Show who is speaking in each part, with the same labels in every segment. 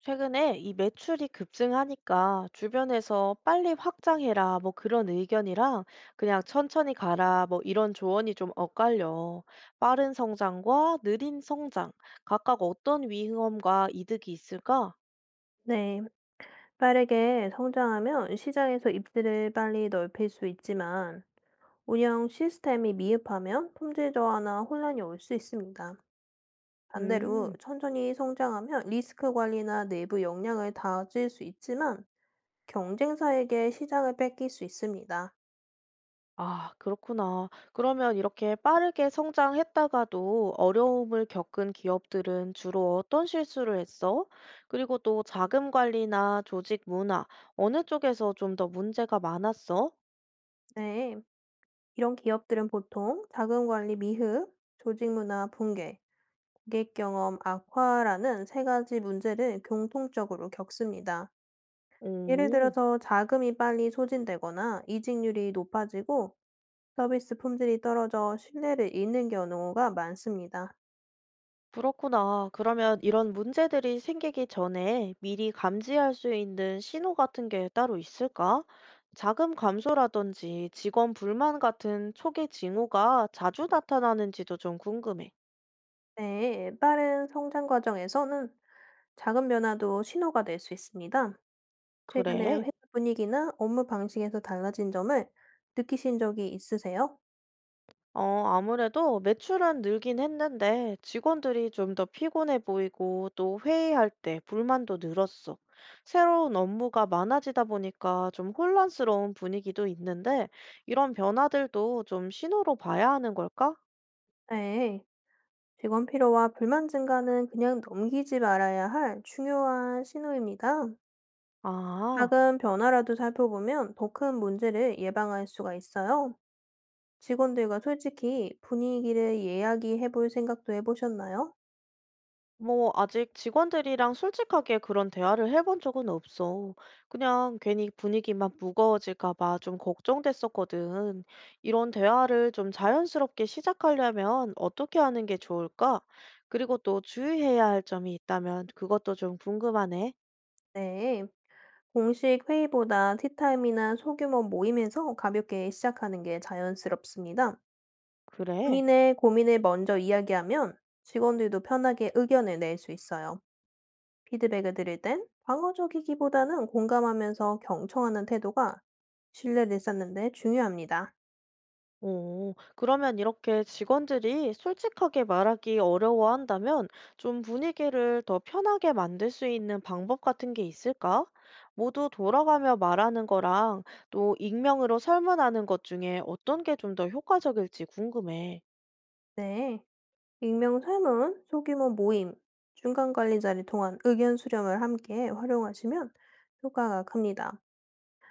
Speaker 1: 최근에 이 매출이 급증하니까 주변에서 빨리 확장해라 뭐 그런 의견이랑 그냥 천천히 가라 뭐 이런 조언이 좀 엇갈려. 빠른 성장과 느린 성장, 각각 어떤 위험과 이득이 있을까?
Speaker 2: 네, 빠르게 성장하면 시장에서 입지를 빨리 넓힐 수 있지만 운영 시스템이 미흡하면 품질 저하나 혼란이 올 수 있습니다. 반대로
Speaker 1: 음,
Speaker 2: 천천히 성장하면 리스크 관리나 내부 역량을 다질 수 있지만 경쟁사에게 시장을 뺏길 수 있습니다.
Speaker 1: 아, 그렇구나. 그러면 이렇게 빠르게 성장했다가도 어려움을 겪은 기업들은 주로 어떤 실수를 했어? 그리고 또 자금 관리나 조직 문화, 어느 쪽에서 좀 더 문제가 많았어?
Speaker 2: 네, 이런 기업들은 보통 자금 관리 미흡, 조직 문화 붕괴, 고객 경험 악화라는 세 가지 문제를 공통적으로 겪습니다. 예를
Speaker 1: 오,
Speaker 2: 들어서 자금이 빨리 소진되거나 이직률이 높아지고 서비스 품질이 떨어져 신뢰를 잃는 경우가 많습니다.
Speaker 1: 그렇구나. 그러면 이런 문제들이 생기기 전에 미리 감지할 수 있는 신호 같은 게 따로 있을까? 자금 감소라든지 직원 불만 같은 초기 징후가 자주 나타나는지도 좀 궁금해.
Speaker 2: 네, 빠른 성장 과정에서는 작은 변화도 신호가 될 수 있습니다. 최근에
Speaker 1: 그래.
Speaker 2: 회사 분위기나 업무 방식에서 달라진 점을 느끼신 적이 있으세요?
Speaker 1: 어, 아무래도 매출은 늘긴 했는데 직원들이 좀 더 피곤해 보이고 또 회의할 때 불만도 늘었어. 새로운 업무가 많아지다 보니까 좀 혼란스러운 분위기도 있는데 이런 변화들도 좀 신호로 봐야 하는 걸까?
Speaker 2: 네, 직원 피로와 불만 증가는 그냥 넘기지 말아야 할 중요한 신호입니다.
Speaker 1: 아.
Speaker 2: 작은 변화라도 살펴보면 더 큰 문제를 예방할 수가 있어요. 직원들과 솔직히 분위기를 이야기해 볼 생각도 해 보셨나요?
Speaker 1: 뭐, 아직 직원들이랑 솔직하게 그런 대화를 해본 적은 없어. 그냥 괜히 분위기만 무거워질까 봐 좀 걱정됐었거든. 이런 대화를 좀 자연스럽게 시작하려면 어떻게 하는 게 좋을까? 그리고 또 주의해야 할 점이 있다면 그것도 좀 궁금하네.
Speaker 2: 네. 공식 회의보다 티타임이나 소규모 모임에서 가볍게 시작하는 게 자연스럽습니다.
Speaker 1: 그래.
Speaker 2: 본인의 고민을 먼저 이야기하면 직원들도 편하게 의견을 낼 수 있어요. 피드백을 드릴 땐 방어적이기보다는 공감하면서 경청하는 태도가 신뢰를 쌓는 데 중요합니다.
Speaker 1: 오, 그러면 이렇게 직원들이 솔직하게 말하기 어려워한다면 좀 분위기를 더 편하게 만들 수 있는 방법 같은 게 있을까? 모두 돌아가며 말하는 거랑 또 익명으로 설문하는 것 중에 어떤 게 좀 더 효과적일지 궁금해.
Speaker 2: 네. 익명 설문, 소규모 모임, 중간 관리자를 통한 의견 수렴을 함께 활용하시면 효과가 큽니다.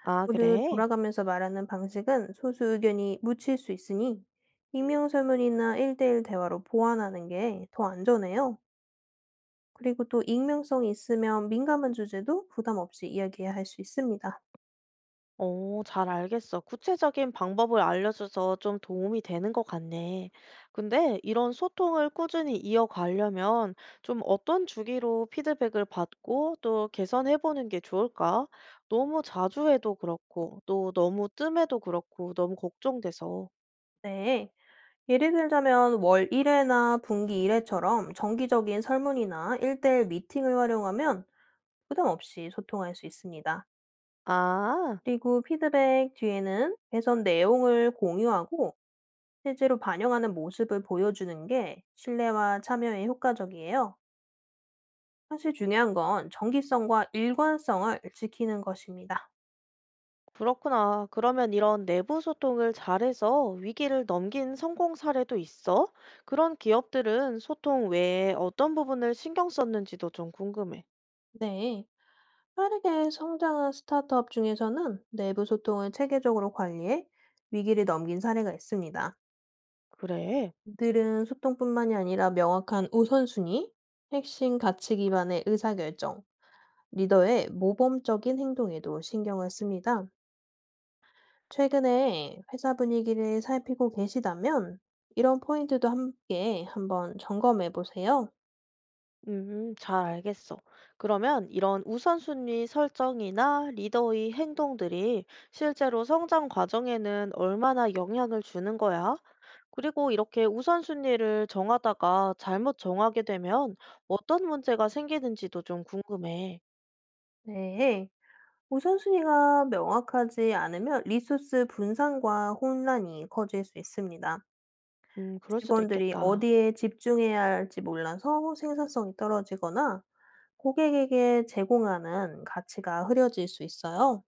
Speaker 1: 아,
Speaker 2: 모두
Speaker 1: 그래?
Speaker 2: 돌아가면서 말하는 방식은 소수 의견이 묻힐 수 있으니 익명 설문이나 1대1 대화로 보완하는 게 더 안전해요. 그리고 또 익명성이 있으면 민감한 주제도 부담 없이 이야기할 수 있습니다.
Speaker 1: 어, 잘 알겠어. 구체적인 방법을 알려줘서 좀 도움이 되는 것 같네. 근데 이런 소통을 꾸준히 이어가려면 좀 어떤 주기로 피드백을 받고 또 개선해보는 게 좋을까? 너무 자주 해도 그렇고, 또 너무 뜸해도 그렇고, 너무 걱정돼서.
Speaker 2: 네. 예를 들자면 월 1회나 분기 1회처럼 정기적인 설문이나 1대1 미팅을 활용하면 부담 없이 소통할 수 있습니다.
Speaker 1: 아,
Speaker 2: 그리고 피드백 뒤에는 개선 내용을 공유하고 실제로 반영하는 모습을 보여주는 게 신뢰와 참여에 효과적이에요. 사실 중요한 건 정기성과 일관성을 지키는 것입니다.
Speaker 1: 그렇구나. 그러면 이런 내부 소통을 잘해서 위기를 넘긴 성공 사례도 있어? 그런 기업들은 소통 외에 어떤 부분을 신경 썼는지도 좀 궁금해.
Speaker 2: 네. 빠르게 성장한 스타트업 중에서는 내부 소통을 체계적으로 관리해 위기를 넘긴 사례가 있습니다.
Speaker 1: 그래.
Speaker 2: 이들은 소통뿐만이 아니라 명확한 우선순위, 핵심 가치 기반의 의사결정, 리더의 모범적인 행동에도 신경을 씁니다. 최근에 회사 분위기를 살피고 계시다면 이런 포인트도 함께 한번 점검해 보세요.
Speaker 1: 잘 알겠어. 그러면 이런 우선순위 설정이나 리더의 행동들이 실제로 성장 과정에는 얼마나 영향을 주는 거야? 그리고 이렇게 우선순위를 정하다가 잘못 정하게 되면 어떤 문제가 생기는지도 좀 궁금해.
Speaker 2: 네. 우선순위가 명확하지 않으면 리소스 분산과 혼란이 커질 수 있습니다.
Speaker 1: 그럴 수도
Speaker 2: 직원들이
Speaker 1: 있겠다.
Speaker 2: 어디에 집중해야 할지 몰라서 생산성이 떨어지거나 고객에게 제공하는 가치가 흐려질 수 있어요.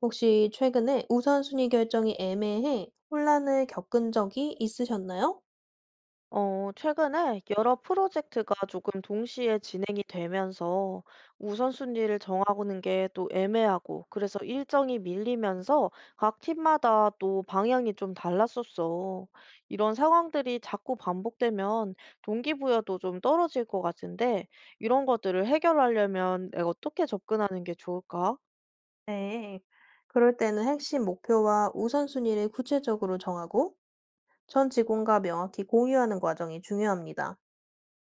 Speaker 2: 혹시 최근에 우선순위 결정이 애매해 혼란을 겪은 적이 있으셨나요?
Speaker 1: 어, 최근에 여러 프로젝트가 조금 동시에 진행이 되면서 우선순위를 정하고는 게 또 애매하고 그래서 일정이 밀리면서 각 팀마다 또 방향이 좀 달랐었어. 이런 상황들이 자꾸 반복되면 동기부여도 좀 떨어질 것 같은데 이런 것들을 해결하려면 내가 어떻게 접근하는 게 좋을까?
Speaker 2: 네. 그럴 때는 핵심 목표와 우선순위를 구체적으로 정하고 전 직원과 명확히 공유하는 과정이 중요합니다.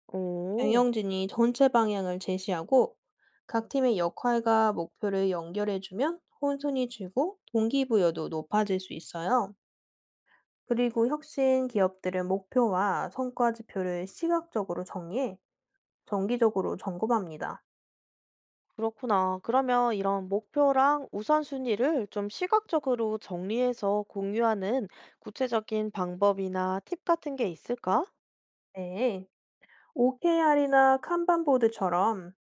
Speaker 1: 오.
Speaker 2: 경영진이 전체 방향을 제시하고 각 팀의 역할과 목표를 연결해주면 혼선이 줄고 동기부여도 높아질 수 있어요. 그리고 혁신 기업들은 목표와 성과 지표를 시각적으로 정리해 정기적으로 점검합니다.
Speaker 1: 그렇구나. 그러면 이런 목표랑 우선순위를 좀 시각적으로 정리해서 공유하는 구체적인 방법이나 팁 같은 게 있을까?
Speaker 2: 네, OKR이나 칸반보드처럼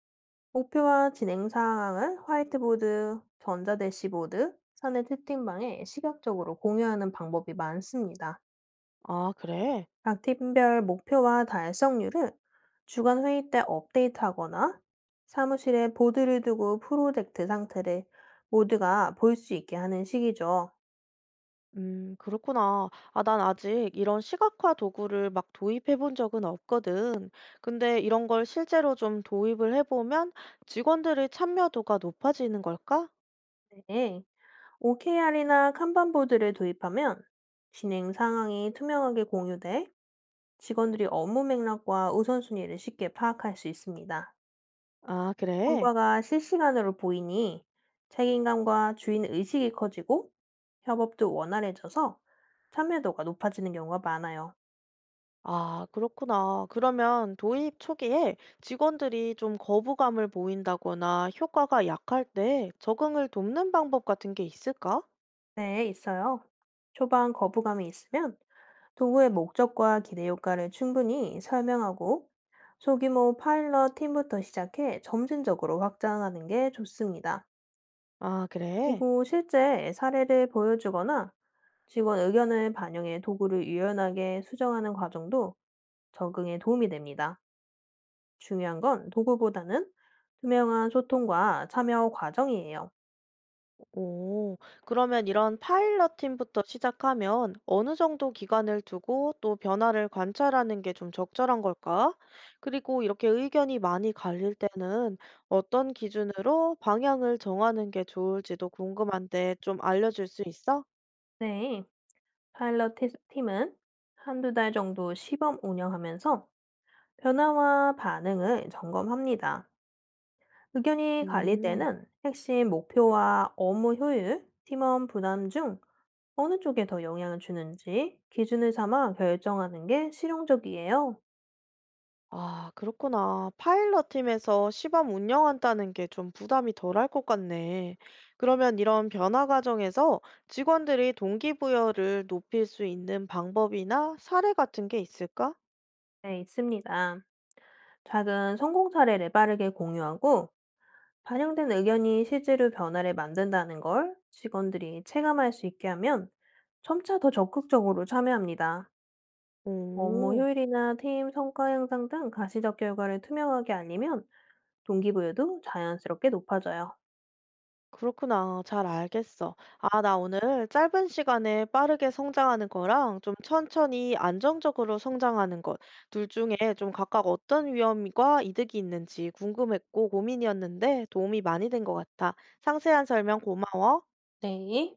Speaker 2: 목표와 진행 상황을 화이트보드, 전자대시보드, 사내 채팅방에 시각적으로 공유하는 방법이 많습니다.
Speaker 1: 아, 그래?
Speaker 2: 각 팀별 목표와 달성률을 주간 회의 때 업데이트하거나 사무실에 보드를 두고 프로젝트 상태를 모두가 볼 수 있게 하는 식이죠.
Speaker 1: 그렇구나. 아, 난 아직 이런 시각화 도구를 막 도입해 본 적은 없거든. 근데 이런 걸 실제로 좀 도입을 해보면 직원들의 참여도가 높아지는 걸까?
Speaker 2: 네, OKR이나 칸반보드를 도입하면 진행 상황이 투명하게 공유돼 직원들이 업무 맥락과 우선순위를 쉽게 파악할 수 있습니다.
Speaker 1: 아, 그래?
Speaker 2: 성과가 실시간으로 보이니 책임감과 주인 의식이 커지고 협업도 원활해져서 참여도가 높아지는 경우가 많아요.
Speaker 1: 아, 그렇구나. 그러면 도입 초기에 직원들이 좀 거부감을 보인다거나 효과가 약할 때 적응을 돕는 방법 같은 게 있을까?
Speaker 2: 네, 있어요. 초반 거부감이 있으면 도구의 목적과 기대 효과를 충분히 설명하고 소규모 파일럿 팀부터 시작해 점진적으로 확장하는 게 좋습니다.
Speaker 1: 아, 그래?
Speaker 2: 그리고 실제 사례를 보여주거나 직원 의견을 반영해 도구를 유연하게 수정하는 과정도 적응에 도움이 됩니다. 중요한 건 도구보다는 투명한 소통과 참여 과정이에요.
Speaker 1: 오, 그러면 이런 파일럿 팀부터 시작하면 어느 정도 기간을 두고 또 변화를 관찰하는 게 좀 적절한 걸까? 그리고 이렇게 의견이 많이 갈릴 때는 어떤 기준으로 방향을 정하는 게 좋을지도 궁금한데 좀 알려줄 수 있어?
Speaker 2: 네, 파일럿 팀은 1~2달 정도 시범 운영하면서 변화와 반응을 점검합니다. 의견이 갈릴
Speaker 1: 음.
Speaker 2: 때는 핵심 목표와 업무 효율, 팀원 부담 중 어느 쪽에 더 영향을 주는지 기준을 삼아 결정하는 게 실용적이에요.
Speaker 1: 아, 그렇구나. 파일럿 팀에서 시범 운영한다는 게 좀 부담이 덜할 것 같네. 그러면 이런 변화 과정에서 직원들이 동기부여를 높일 수 있는 방법이나 사례 같은 게 있을까?
Speaker 2: 네, 있습니다. 작은 성공 사례를 빠르게 공유하고 반영된 의견이 실제로 변화를 만든다는 걸 직원들이 체감할 수 있게 하면 점차 더 적극적으로 참여합니다. 업무
Speaker 1: 오.
Speaker 2: 효율이나 팀 성과 향상 등 가시적 결과를 투명하게 알리면 동기부여도 자연스럽게 높아져요.
Speaker 1: 그렇구나. 잘 알겠어. 아, 나 오늘 짧은 시간에 빠르게 성장하는 거랑 좀 천천히 안정적으로 성장하는 것, 둘 중에 좀 각각 어떤 위험과 이득이 있는지 궁금했고 고민이었는데 도움이 많이 된 것 같아. 상세한 설명 고마워.
Speaker 2: 네.